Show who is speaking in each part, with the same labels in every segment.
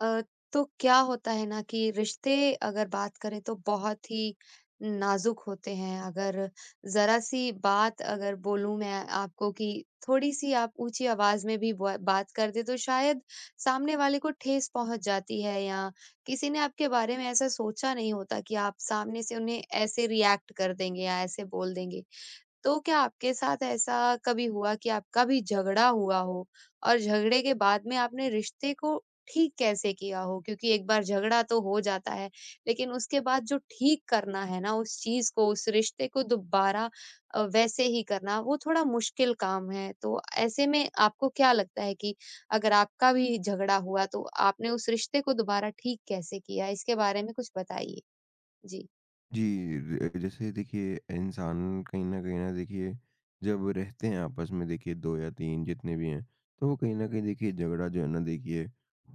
Speaker 1: अ, तो क्या होता है ना कि रिश्ते अगर बात करें तो बहुत ही नाजुक होते हैं। अगर ज़रा-सी बात अगर बोलूँ मैं आपको कि थोड़ी-सी आप ऊँची आवाज़ में भी ब बात कर दें तो शायद सामने वाले को ठेस पहुँच जाती है या किसी ने आपके बारे में ऐसा सोचा नहीं होता कि आप सामने से उन्हें ऐसे रिएक्ट कर देंगे या ऐसे बोल देंगे। तो क्या आपके साथ ऐसा कभी हुआ कि आपका भी झगड़ा हुआ हो और झगड़े के बाद में आपने रिश्ते को ठीक कैसे किया हो? क्योंकि एक बार झगड़ा तो हो जाता है, लेकिन उसके बाद जो ठीक करना है ना उस चीज़ को, उस रिश्ते को दोबारा वैसे ही करना, वो थोड़ा मुश्किल काम है। तो ऐसे में आपको क्या लगता है कि अगर आपका भी झगड़ा हुआ तो आपने उस रिश्ते को दोबारा ठीक कैसे किया? इसके बारे में कुछ बताइए। जी।
Speaker 2: जी, ज जैसे देखिए इंसान कहीं न देखिए जब रहते हैं आपस में देखिए 2 या 3 जितने भी हैं, तो वो कहीं न कहीं देखिए झगड़ा जो है ना देखिए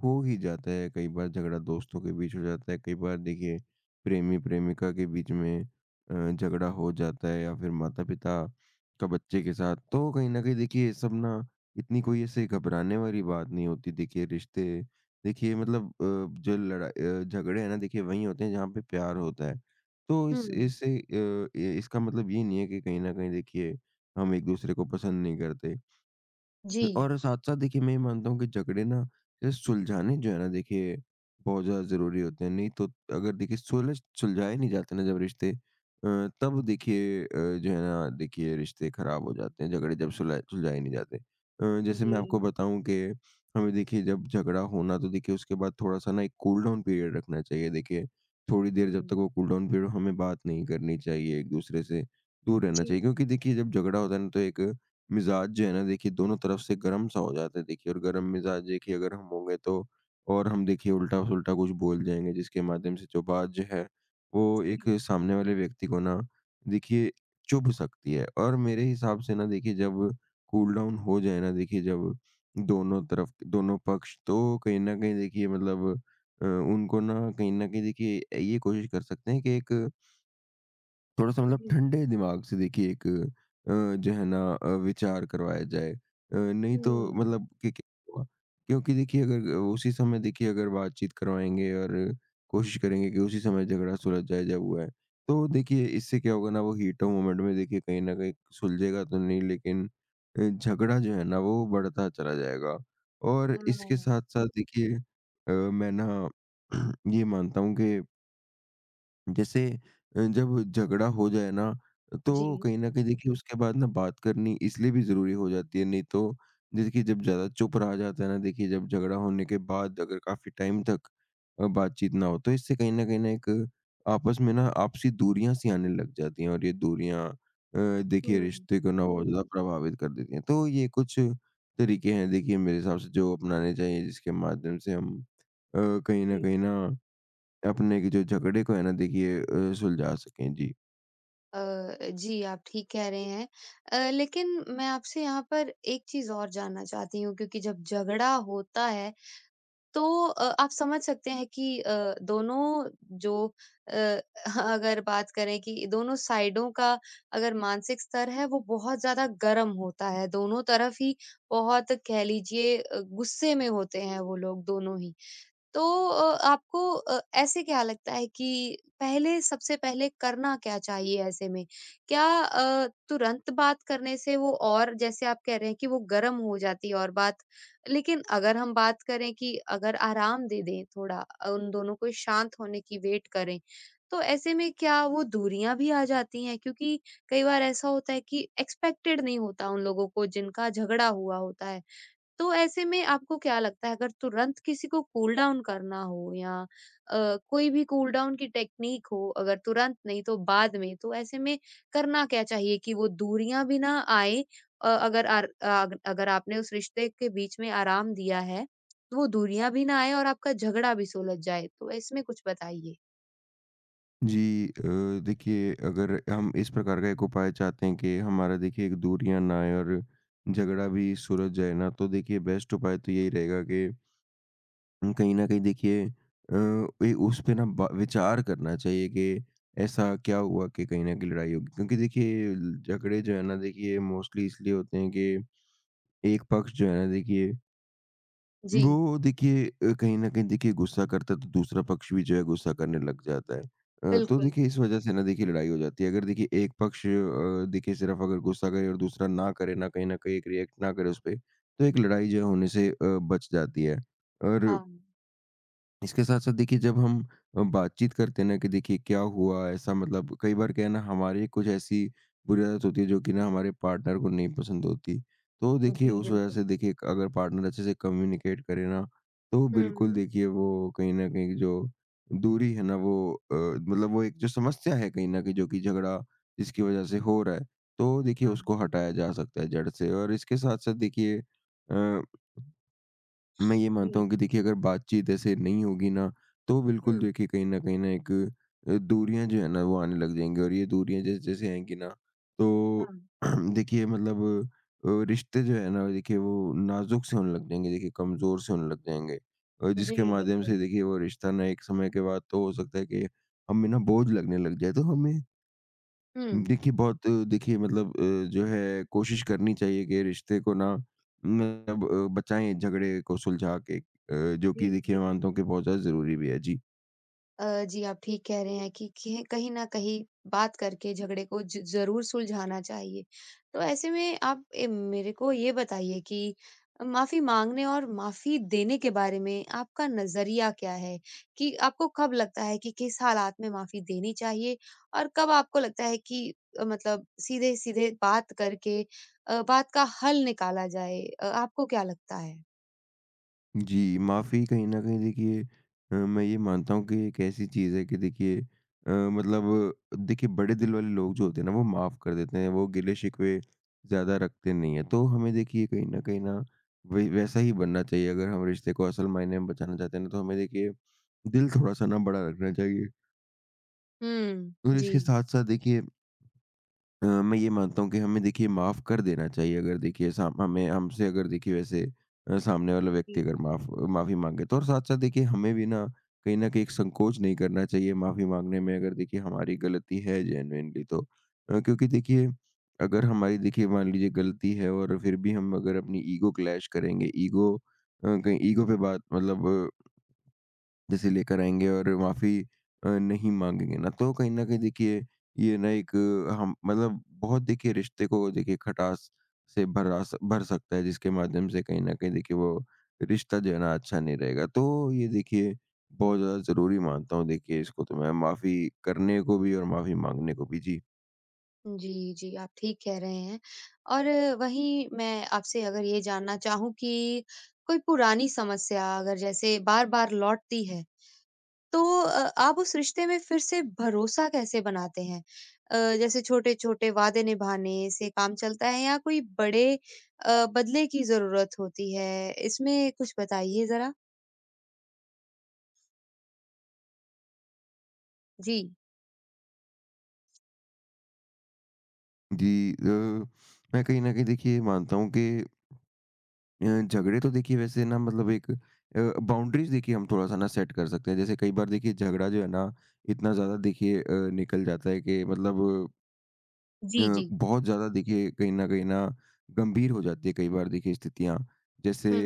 Speaker 2: हो ही जाता है। कई बार झगड़ा दोस्तों के बीच हो जाता है, कई बार देखिए प्रेमी-प्रेमिका के बीच में झगड़ा हो जाता है या फिर माता-पिता का बच्चे के साथ। तो कहीं न कहीं देखिए सब ना इतनी कोई ऐसे घबराने वाली बात नहीं होती। देखिए रिश्ते देखिए मतलब जो झगड़े हैं ना देखिए वहीं होते हैं जहाँ पे प्यार होता है। तो
Speaker 1: हुँ,
Speaker 2: इस इससे अ, ये इसका मतलब ये नहीं है कि कहीं न कहीं देखिए, हम एक-दूसरे को पसंद नहीं करते।
Speaker 1: जी।
Speaker 2: और साथ-साथ देखिए मैं ये मानता हूँ कि झगड़े ना जैसे सुलझाने जो है ना देखिए बहुत ज़्यादा ज़रूरी होते हैं। नहीं तो अगर देखिए सुलझाए नहीं जाते ना जब रिश्ते तब देखिए जो है ना देखिए रिश्ते ख़राब हो जाते हैं, झगड़े जब सुलझाए सुलझाए नहीं जाते। जैसे
Speaker 1: जी।
Speaker 2: मैं आपको बताऊँ कि हमें देखिए जब झगड़ा हो ना तो देखिए उसके बाद थोड़ा-सा ना एक कूल डाउन पीरियड रखना चाहिए। देखिए थोड़ी देर जब तक
Speaker 1: हुँ।
Speaker 2: वो कूल डाउन पीरियड हो हमें बात नहीं करनी चाहिए, एक-दूसरे से दूर रहना
Speaker 1: जी,
Speaker 2: चाहिए क्योंकि देखिए जब झगड़ा होता है ना तो एक मिज़ाज जो है ना देखिए दोनों तरफ से गर्म सा हो जाता है देखिए, और गर्म मिज़ाज देखिए अगर हम होंगे तो और हम देखिए उल्टा-सुल्टा कुछ बोल जाएँगे जिसके माध्यम से जो बात जो है वो एक
Speaker 1: जी।
Speaker 2: सामने वाले व्यक्ति को ना देखिए चुभ सकती है। और मेरे हिसाब से ना देखिए जब कूल डाउन हो जाए ना देखिए जब दोनों तरफ दोनों पक्ष, तो कहीं न कहीं देखिए मतलब उनको ना कहीं न कहीं देखिए ये कोशिश कर सकते हैं कि एक थोड़ा-सा मतलब
Speaker 1: जी,
Speaker 2: ठंडे दिमाग से देखिए एक जो है ना विचार करवाया जाए। नहीं तो
Speaker 1: हुँ।
Speaker 2: मतलब कि क्या हुआ? क्योंकि देखिए अगर उसी समय देखिए अगर बातचीत करवाएँगे और कोशिश करेंगे कि उसी समय झगड़ा सुलझ जाए जब हुआ है, तो देखिए इससे क्या होगा ना, वो हीट ऑफ मोमेंट में देखिए कहीं न कहीं सुलझेगा तो नहीं, लेकिन झगड़ा जो है ना वो बढ़ता चला जाएगा। और
Speaker 1: अ,
Speaker 2: इसके साथ-साथ देखिए मैं ना ये मानता हूँ कि जैसे जब झगड़ा हो जाए ना, तो
Speaker 1: जी,
Speaker 2: कहीं न कहीं देखिए उसके बाद ना बात करनी इसलिए भी ज़रूरी हो जाती है, नहीं तो देखिए जब ज़्यादा चुप रहा जाता है ना देखिए जब झगड़ा होने के बाद अगर काफ़ी टाइम तक बातचीत ना हो, तो इससे कहीं न कहीं ना एक आपस में ना आपसी दूरियाँ सी आने लग जाती हैं, और ये दूरियाँ देखिए
Speaker 1: हुँ,
Speaker 2: रिश्ते को ना बहुत ज़्यादा प्रभावित कर देती हैं। तो ये कुछ तरीके हैं देखिए मेरे हिसाब से जो अपनाने चाहिए, जिसके माध्यम से हम कहीं न
Speaker 1: जी।
Speaker 2: कहीं ना अपने के जो झगड़े को है ना देखिए सुलझा सकें। जी।
Speaker 1: अ, जी, आप ठीक कह रहे हैं। लेकिन मैं आपसे यहाँ पर एक चीज़ और जानना चाहती हूँ क्योंकि जब झगड़ा होता है तो आप समझ सकते हैं कि दोनों जो अ, अगर बात करें कि दोनों साइडों का अगर मानसिक स्तर है वो बहुत ज़्यादा गर्म होता है, दोनों तरफ ही बहुत कह लीजिए गुस्से में होते हैं वो लोग दोनों ही। तो आपको ऐसे क्या लगता है कि पहले सबसे पहले करना क्या चाहिए ऐसे में? क्या तुरंत बात करने से वो और जैसे आप कह रहे हैं कि वो गर्म हो जाती है और बात लेकिन अगर हम बात करें कि अगर आराम दे दें थोड़ा उन दोनों को शांत होने की वेट करें, तो ऐसे में क्या वो दूरियां भी आ जाती हैं? क्योंकि कई बार ऐसा होता है कि एक्सपेक्टेड नहीं होता उन लोगों को जिनका झगड़ा हुआ होता है। तो ऐसे में आपको क्या लगता है अगर तुरंत किसी को कूल डाउन करना हो या कोई भी कूल डाउन की टेक्निक हो अगर तुरंत नहीं तो बाद में तो ऐसे में करना क्या चाहिए कि वो दूरियां भी ना आए अ, अगर आर, आग- अगर आपने उस रिश्ते के बीच में आराम दिया है तो वो दूरियां भी ना आए और आपका झगड़ा भी सुलझ जाए तो इसमें कुछ बताइए।
Speaker 2: जी, देखिए अगर हम इस प्रकार का एक उपाय चाहते हैं कि हमारा देखिए एक दूरियाँ ना आए और झगड़ा भी सुलझ जाए ना, तो देखिए बेस्ट उपाय तो यही रहेगा कि कहीं न कहीं देखिए ए उस पे ना ब विचार करना चाहिए कि ऐसा क्या हुआ कि कहीं न कहीं लड़ाई होगी। क्योंकि देखिए झगड़े जो है ना देखिए मोस्टली इसलिए होते हैं कि एक पक्ष जो है ना देखिए
Speaker 1: जी,
Speaker 2: वो देखिए कहीं न कहीं देखिए गुस्सा करता है तो दूसरा पक्ष भी जो है गुस्सा करने लग जाता है। तो
Speaker 1: बिल्कुल।
Speaker 2: देखिए इस वज़ह से ना देखिए लड़ाई हो जाती है। अगर देखिए एक पक्ष देखिए सिर्फ़ अगर गुस्सा करे और दूसरा ना करे ना, कहीं न कहीं एक रिएक्ट ना करे उसपे, तो एक लड़ाई जो है होने से बच जाती है। और
Speaker 1: हाँ।
Speaker 2: इसके साथ साथ देखिए जब हम बातचीत करते हैं ना कि देखिए क्या हुआ ऐसा, मतलब कई बार क्या है ना, हमारी कुछ ऐसी बुरी आदत होती है जो कि ना हमारे पार्टनर को नहीं पसंद होती, तो देखिए
Speaker 1: जी,
Speaker 2: उस वजह
Speaker 1: बिल्कुल।
Speaker 2: से देखिए अगर पार्टनर अच्छे से कम्युनिकेट करे ना, तो बिल्कुल
Speaker 1: हम्म।
Speaker 2: देखिए वो कहीं ना कहीं जो दूरी है ना, वो मतलब वो एक जो समस्या है कहीं ना कहीं जो कि झगड़ा जिसकी वजह से हो रहा है, तो देखिए
Speaker 1: हाँ।
Speaker 2: उसको हटाया जा सकता है जड़ से। और इसके साथ साथ देखिए अ, मैं ये मानता
Speaker 1: जी।
Speaker 2: हूँ कि देखिए अगर बातचीत ऐसे नहीं होगी ना, तो बिल्कुल
Speaker 1: हम्म।
Speaker 2: देखिए कहीं न कहीं ना एक दूरियाँ जो है ना वो आने लग जाएँगी, और ये दूरियाँ जैसे जैसे आएँगी ना तो
Speaker 1: हाँ।
Speaker 2: देखिए मतलब रिश्ते जो है ना देखिए वो नाज़ुक से होने लग जाएँगे देखिए, कमज़ोर से होने लग जाएँगे।
Speaker 1: जी,
Speaker 2: जिसके माध्यम से
Speaker 1: बिल्कुल।
Speaker 2: देखिए वो रिश्ता ना एक समय के बाद तो हो सकता है कि हमें ना बोझ लगने लग जाए। तो हमें
Speaker 1: हम्म।
Speaker 2: देखिए बहुत देखिए मतलब जो है कोशिश करनी चाहिए कि रिश्ते को ना मतलब बचाएं झगड़े को सुलझा के, जो
Speaker 1: जी।
Speaker 2: कि देखिए
Speaker 1: जी।
Speaker 2: मैं मानता हूँ कि बहुत ज़्यादा ज़रूरी भी है। जी।
Speaker 1: जी, आप ठीक कह रहे हैं कि कहीं न कहीं बात करके झगड़े को ज ज़रूर सुलझाना चाहिए। तो ऐसे में आप मेरे को ये बताइए कि माफ़ी माँगने और माफ़ी देने के बारे में आपका नज़रिया क्या है? कि आपको कब लगता है कि किस हालात में माफ़ी देनी चाहिए? और कब आपको लगता है कि मतलब सीधे-सीधे बात करके बात का हल निकाला जाए? आपको क्या लगता है?
Speaker 2: जी, माफ़ी कहीं न कहीं देखिए मैं ये मानता हूँ कि एक ऐसी चीज़ है कि देखिए मतलब देखिए बड़े दिल वाले लोग जो होते हैं ना वो माफ़ कर देते हैं, वो गिले-शिकवे ज़्यादा रखते नहीं हैं। तो हमें देखिए कहीं न कहीं ना वही वैसा ही बनना चाहिए अगर हम रिश्ते को असल मायने में बचाना चाहते हैं ना, तो हमें देखिए दिल थोड़ा-सा ना बड़ा रखना चाहिए।
Speaker 1: हुँ,
Speaker 2: और
Speaker 1: जी।
Speaker 2: इसके साथ-साथ देखिए मैं ये मानता हूँ कि हमें देखिए माफ़ कर देना चाहिए अगर देखिए साम हमें हमसे अगर देखिए वैसे सामने वाला व्यक्ति अगर माफ़ी माँगे तो, और साथ-साथ देखिए हमें भी ना कहीं न कहीं एक संकोच नहीं करना चाहिए माफ़ी माँगने में, अगर देखिए हमारी गलती है जेनुइनली तो। क्योंकि देखिए अगर हमारी देखिए मान लीजिए गलती है और फिर भी हम अगर अपनी ईगो क्लैश करेंगे, ईगो कहीं ईगो पे बात मतलब जैसे लेकर आएँगे और माफ़ी नहीं माँगेंगे ना, तो कहीं न कहीं देखिए ये ना एक हम मतलब बहुत देखिए रिश्ते को देखिए खटास से भरा स भर सकता है, जिसके माध्यम से कहीं न कहीं देखिए वो रिश्ता जो है ना अच्छा नहीं रहेगा। तो ये देखिए बहुत ज़्यादा ज़रूरी मानता हूँ देखिए इसको, तो मैं माफ़ी करने को भी और माफ़ी माँगने को भी। जी।
Speaker 1: जी, जी, आप ठीक कह रहे हैं। और वहीं मैं आपसे अगर ये जानना चाहूँ कि कोई पुरानी समस्या अगर जैसे बार-बार लौटती है, तो आप उस रिश्ते में फिर से भरोसा कैसे बनाते हैं? जैसे छोटे-छोटे वादे निभाने से काम चलता है या कोई बड़े बदले की ज़रूरत होती है? इसमें कुछ बताइए ज़रा। जी,
Speaker 2: जी, मैं कहीं न कहीं देखिए मानता हूँ कि झगड़े तो देखिए वैसे ना मतलब एक बाउंड्रीज़ देखिए हम थोड़ा-सा ना सेट कर सकते हैं। जैसे कई बार देखिए झगड़ा जो है ना इतना ज़्यादा देखिए निकल जाता है कि मतलब
Speaker 1: जी,
Speaker 2: अ,
Speaker 1: जी।
Speaker 2: बहुत ज़्यादा देखिए कहीं न कहीं ना गंभीर हो जाती है कई बार देखिए स्थितियाँ। जैसे
Speaker 1: हुँ।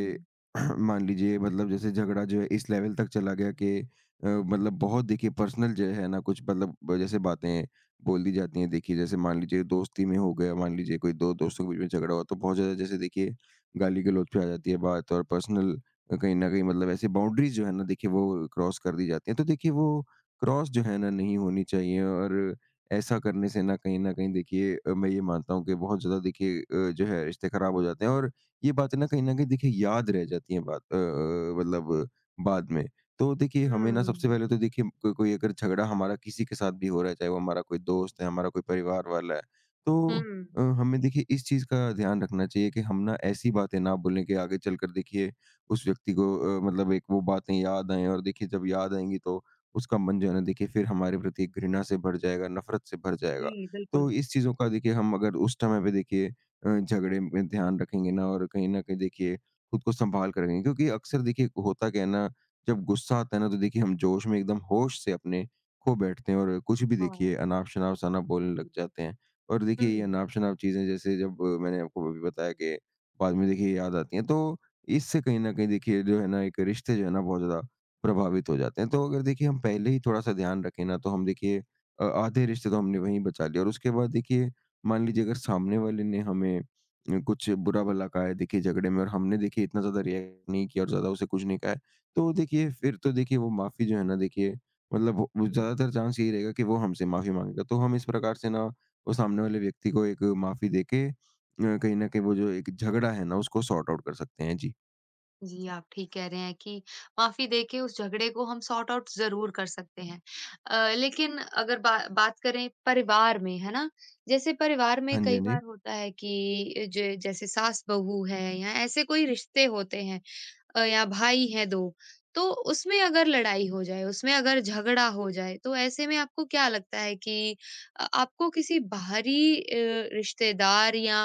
Speaker 2: मान लीजिए, मतलब जैसे झगड़ा जो है इस लेवल तक चला गया कि मतलब बहुत देखिए पर्सनल जो है ना कुछ मतलब ब जैसे बातें बोल दी जाती हैं, देखिए जैसे मान लीजिए दोस्ती में हो गया, मान लीजिए कोई 2 दोस्तों के बीच में झगड़ा हुआ, तो बहुत ज़्यादा जैसे देखिए गाली-गलौच पे आ जाती है बात, और पर्सनल कहीं न कहीं मतलब ऐसे बाउंड्रीज़ जो है ना देखिए वो क्रॉस कर दी जाती हैं। तो देखिए वो क्रॉस जो है ना नहीं होनी चाहिए। और ऐसा करने से ना कहीं न कहीं देखिए मैं ये मानता हूँ कि बहुत ज़्यादा देखिए जो है रिश्ते खराब हो जाते हैं, और ये बातें ना कहीं न कहीं देखिए याद रह जाती हैं मतलब बाद में। तो देखिए हमें ना सबसे
Speaker 1: हुँ।
Speaker 2: पहले तो देखिए को कोई अगर झगड़ा हमारा किसी के साथ भी हो रहा है, चाहे वो हमारा कोई दोस्त है, हमारा कोई परिवार वाला है,
Speaker 1: हुँ।
Speaker 2: तो हमें देखिए इस चीज़ का ध्यान रखना चाहिए कि हम ना ऐसी बातें ना बोलें कि आगे चलकर देखिए उस व्यक्ति को मतलब एक वो बातें याद आएँ, और देखिए जब याद आएँगी तो उसका मन जो है ना देखिए फिर हमारे प्रति एक घृणा से भर जाएगा, नफ़रत से भर
Speaker 1: जी,
Speaker 2: जाएगा। तो
Speaker 1: बिल्कुल।
Speaker 2: इस चीज़ों का देखिए हम अगर उस समय पे देखिए झगड़े में ध्यान रखेंगे ना, और कहीं न कहीं देखिए खुद को सँभाल कर रखेंगे, क्योंकि अक्सर देखिए होता क्या है ना, जब गुस्सा आता है ना तो देखिए हम जोश में एकदम होश से अपने खो बैठते हैं और कुछ भी देखिए
Speaker 1: हाँ।
Speaker 2: अनाप-शनाप सा ना बोलने लग जाते हैं। और
Speaker 1: हुँ,
Speaker 2: देखिए ये अनाप-शनाप चीज़ें जैसे जब मैंने आपको अभी बताया कि बाद में देखिए याद आती हैं, तो इससे कहीं न कहीं देखिए जो है ना एक रिश्ते जो है ना बहुत ज़्यादा प्रभावित हो जाते हैं। तो अगर देखिए हम पहले ही थोड़ा-सा ध्यान रखें ना, तो हम देखिए आधे रिश्ते तो हमने वहीं बचा लिए, और उसके बाद देखिए मान लीजिए अगर सामने वाले ने हमें कुछ बुरा-भला कहा है देखिए झगड़े में, और हमने देखिए इतना ज़्यादा रिएक्ट नहीं किया और ज़्यादा उसे कुछ नहीं कहा है, तो देखिए फिर तो देखिए वो माफ़ी जो है ना, देखिए मतलब वो
Speaker 1: हुँ।
Speaker 2: ज़्यादातर चांस यही रहेगा कि वो हमसे माफ़ी माँगेगा। तो हम इस प्रकार से ना वो सामने वाले व्यक्ति को एक माफ़ी देके, कहीं न कहीं वो जो एक झगड़ा है ना उसको सॉर्ट आउट कर सकते हैं। जी।
Speaker 1: जी, आप ठीक कह रहे हैं कि माफ़ी देके उस झगड़े को हम सॉर्ट आउट ज़रूर कर सकते हैं। लेकिन अगर बा बात करें परिवार में, है ना? जैसे परिवार में
Speaker 2: हाँ जी,
Speaker 1: कई
Speaker 2: हाँ जी।
Speaker 1: बार होता है कि ज जैसे सास-बहू है या ऐसे कोई रिश्ते होते हैं, या भाई हैं 2 तो उसमें अगर लड़ाई हो जाए, उसमें अगर झगड़ा हो जाए, तो ऐसे में आपको क्या लगता है कि आपको किसी बाहरी रिश्तेदार या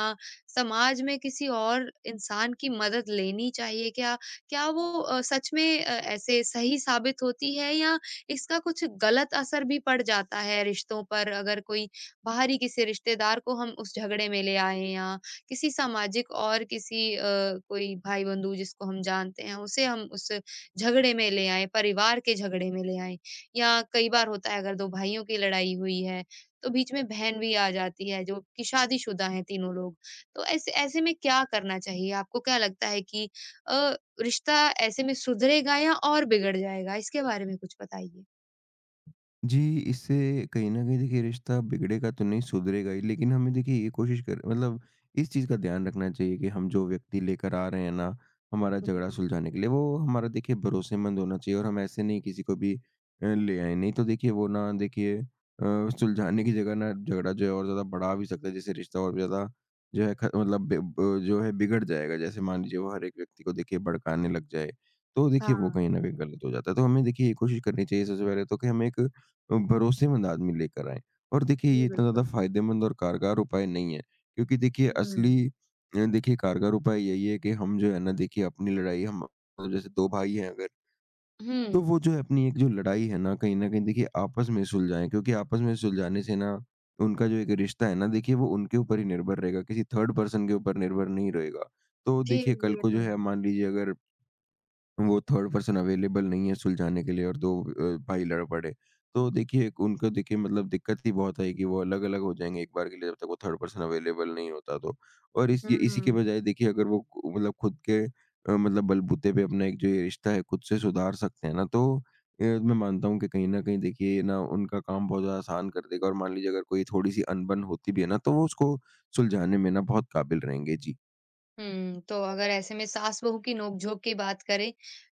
Speaker 1: समाज में किसी और इंसान की मदद लेनी चाहिए क्या? क्या वो सच में ऐसे सही साबित होती है या इसका कुछ गलत असर भी पड़ जाता है रिश्तों पर अगर कोई बाहरी किसी रिश्तेदार को हम उस झगड़े में ले आएँ या किसी सामाजिक और किसी कोई भाई-बंधु जिसको हम जानते हैं, उसे हम उस झगड़े में ले आएँ, परिवार के झगड़े में ले आएँ या कई बार होता है अगर 2 भाइयों की लड़ाई हुई है, तो बीच में बहन भी आ जाती है जो कि शादीशुदा हैं तीनों लोग। तो ऐसे ऐसे में क्या करना चाहिए? आपको क्या लगता है कि अ, रिश्ता ऐसे में सुधरेगा या और बिगड़ जाएगा? इसके बारे में कुछ बताइए।
Speaker 2: जी, इससे कहीं न कहीं देखिए रिश्ता बिगड़ेगा तो नहीं, सुधरेगा ही। लेकिन हमें देखिए ये कोशिश कर मतलब इस चीज़ का ध्यान रखना चाहिए कि हम जो व्यक्ति लेकर आ रहे हैं ना, हमारा
Speaker 1: जी।
Speaker 2: झगड़ा सुलझाने के लिए, वो हमारा देखिए भरोसेमंद होना चाहिए, और हम ऐसे नहीं किसी को भी ले आएँ। नहीं तो देखिए वो ना, देखिए सुलझाने की जगह ना झगड़ा जो है और ज़्यादा बढ़ा भी सकता है, जिससे रिश्ता और भी ज़्यादा जो है ख मतलब बे ब जो है बिगड़ जाएगा। जैसे मान लीजिए वो हर एक व्यक्ति को देखिए भड़काने लग जाए, तो देखिए वो
Speaker 1: हाँ,
Speaker 2: कहीं न कहीं गलत हो जाता है। तो हमें देखिए ये कोशिश करनी चाहिए सबसे पहले तो कि हम एक भरोसेमंद आदमी लेकर आएँ। और देखिए
Speaker 1: जी,
Speaker 2: ये इतना ज़्यादा
Speaker 1: बिल्कुल।
Speaker 2: फ़ायदेमंद और कारगर उपाय नहीं है, क्योंकि देखिए असली
Speaker 1: हुँ।
Speaker 2: देखिए कारगर उपाय यही है कि हम जो है ना, देखिए अपनी लड़ाई हम मतलब जैसे 2 भाई हैं अगर, तो
Speaker 1: हुँ।
Speaker 2: वो जो है अपनी एक जो लड़ाई है ना, कहीं न कहीं देखिए आपस में सुलझाएँ, क्योंकि आपस में सुलझाने से ना उनका जो एक रिश्ता है ना, देखिए वो उनके ऊपर ही निर्भर रहेगा, किसी थर्ड पर्सन के ऊपर निर्भर नहीं रहेगा। तो
Speaker 1: जी,
Speaker 2: देखिए कल
Speaker 1: जी, ये
Speaker 2: को जो
Speaker 1: तो
Speaker 2: है,
Speaker 1: है।
Speaker 2: मान लीजिए अगर वो थर्ड पर्सन अवेलेबल नहीं है सुलझाने के लिए और 2 भाई लड़ पड़े, तो देखिए उनको देखिए मतलब दिक्कत ही बहुत आएगी, वो अलग-अलग हो जाएँगे एक बार के लिए जब तक वो थर्ड पर्सन अवेलेबल नहीं होता तो। और इस ये इसी के
Speaker 1: हुँ।
Speaker 2: बजाय देखिए अगर वो मतलब खुद के, मतलब बलबूते पे अपना एक जो ये रिश्ता है खुद से सुधार सकते हैं ना, तो मैं मानता हूँ कि कहीं न कहीं देखिए ये ना उनका काम बहुत ज़्यादा आसान कर देगा, और मान लीजिए अगर कोई थोड़ी-सी अनबन होती भी है ना, तो वो उसको सुलझाने में ना बहुत काबिल रहेंगे। जी।
Speaker 1: हुँ, तो अगर ऐसे में सास-बहू की नोक-झोंक की बात करें,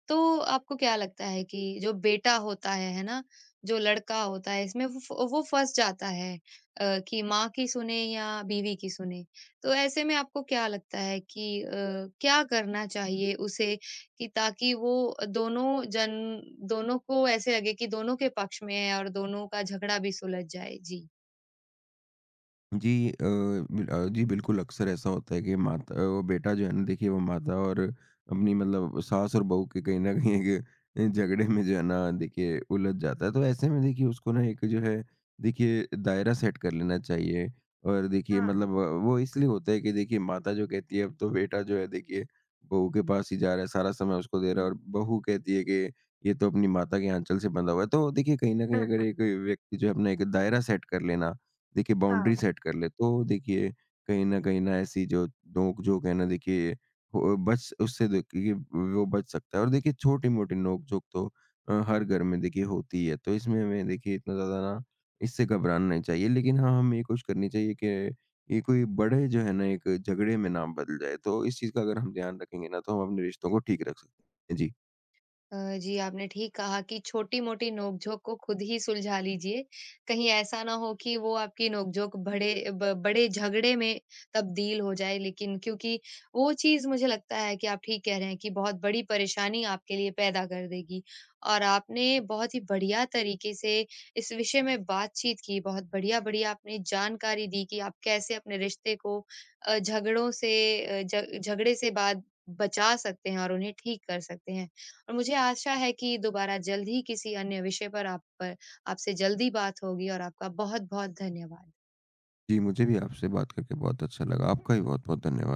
Speaker 1: तो आपको क्या लगता है कि जो बेटा होता है ना? जो लड़का होता है, इसमें वो फ वो फँस जाता है, कि माँ की सुने या बीवी की सुने। तो ऐसे में आपको क्या लगता है कि क्या करना चाहिए उसे कि ताकि वो दोनों जन दोनों को ऐसे लगे कि दोनों के पक्ष में है और दोनों का झगड़ा भी सुलझ जाए? जी।
Speaker 2: जी, जी बिल्कुल, अक्सर ऐसा होता है कि माता, वो बेटा जो है ना, देखिए वो माता और अपनी मतलब सास और बहू के कहीं न कहीं एक झगड़े में जो है ना, देखिए उलझ जाता है। तो ऐसे में देखिए उसको ना एक जो है देखिए दायरा सेट कर लेना चाहिए। और देखिए
Speaker 1: हाँ,
Speaker 2: मतलब वो इसलिए होता है कि देखिए माता जो कहती है अब तो बेटा जो है देखिए बहू के पास ही जा रहा है, सारा समय उसको दे रहा
Speaker 1: हुँ।
Speaker 2: है, और बहू कहती है कि ये तो अपनी माता के आँचल से बंधा हुआ है। तो देखिए कहीं न कहीं अगर एक व्यक्ति जो है अपना एक दायरा सेट कर लेना, देखिए बाउंड्री
Speaker 1: हाँ।
Speaker 2: सेट कर ले, तो देखिए कहीं न कहीं ना ऐसी जो नोक-झोंक है ना, देखिए हो बच उससे देखिए वो बच सकता है। और देखिए छोटी-मोटी नोक-झोंक तो हर घर में देखिए होती ही है। तो इसमें हमें देखिए इतना ज़्यादा ना इससे घबराना नहीं चाहिए। लेकिन हाँ, हमें ये कोशिश करनी चाहिए कि ये कोई बड़े जो है ना एक झगड़े में ना बदल जाए। तो इस चीज़ का अगर हम ध्यान रखेंगे ना, तो हम अपने रिश्तों को ठीक रख सकते हैं। जी।
Speaker 1: जी, आपने ठीक कहा कि छोटी-मोटी नोक-झोंक को खुद ही सुलझा लीजिए। कहीं ऐसा ना हो कि वो आपकी नोक-झोंक बड़े झगड़े में तब्दील हो जाए। लेकिन क्योंकि वो चीज़ मुझे लगता है कि आप ठीक कह रहे हैं कि बहुत बड़ी परेशानी आपके लिए पैदा कर देगी। और आपने बहुत ही बढ़िया तरीके से इस विषय में बातचीत की, बहुत बढ़िया-बढ़िया आपने जानकारी दी कि आप कैसे अपने रिश्ते को अ, झगड़ों से अ, झ झगड़े से बाद बचा सकते हैं और उन्हें ठीक कर सकते हैं। और मुझे आशा है कि दोबारा जल्द ही किसी अन्य विषय पर आप पर आपसे जल्दी बात होगी और आपका बहुत-बहुत धन्यवाद।
Speaker 2: जी, मुझे भी आपसे बात करके बहुत अच्छा लगा। आपका भी बहुत-बहुत धन्यवाद।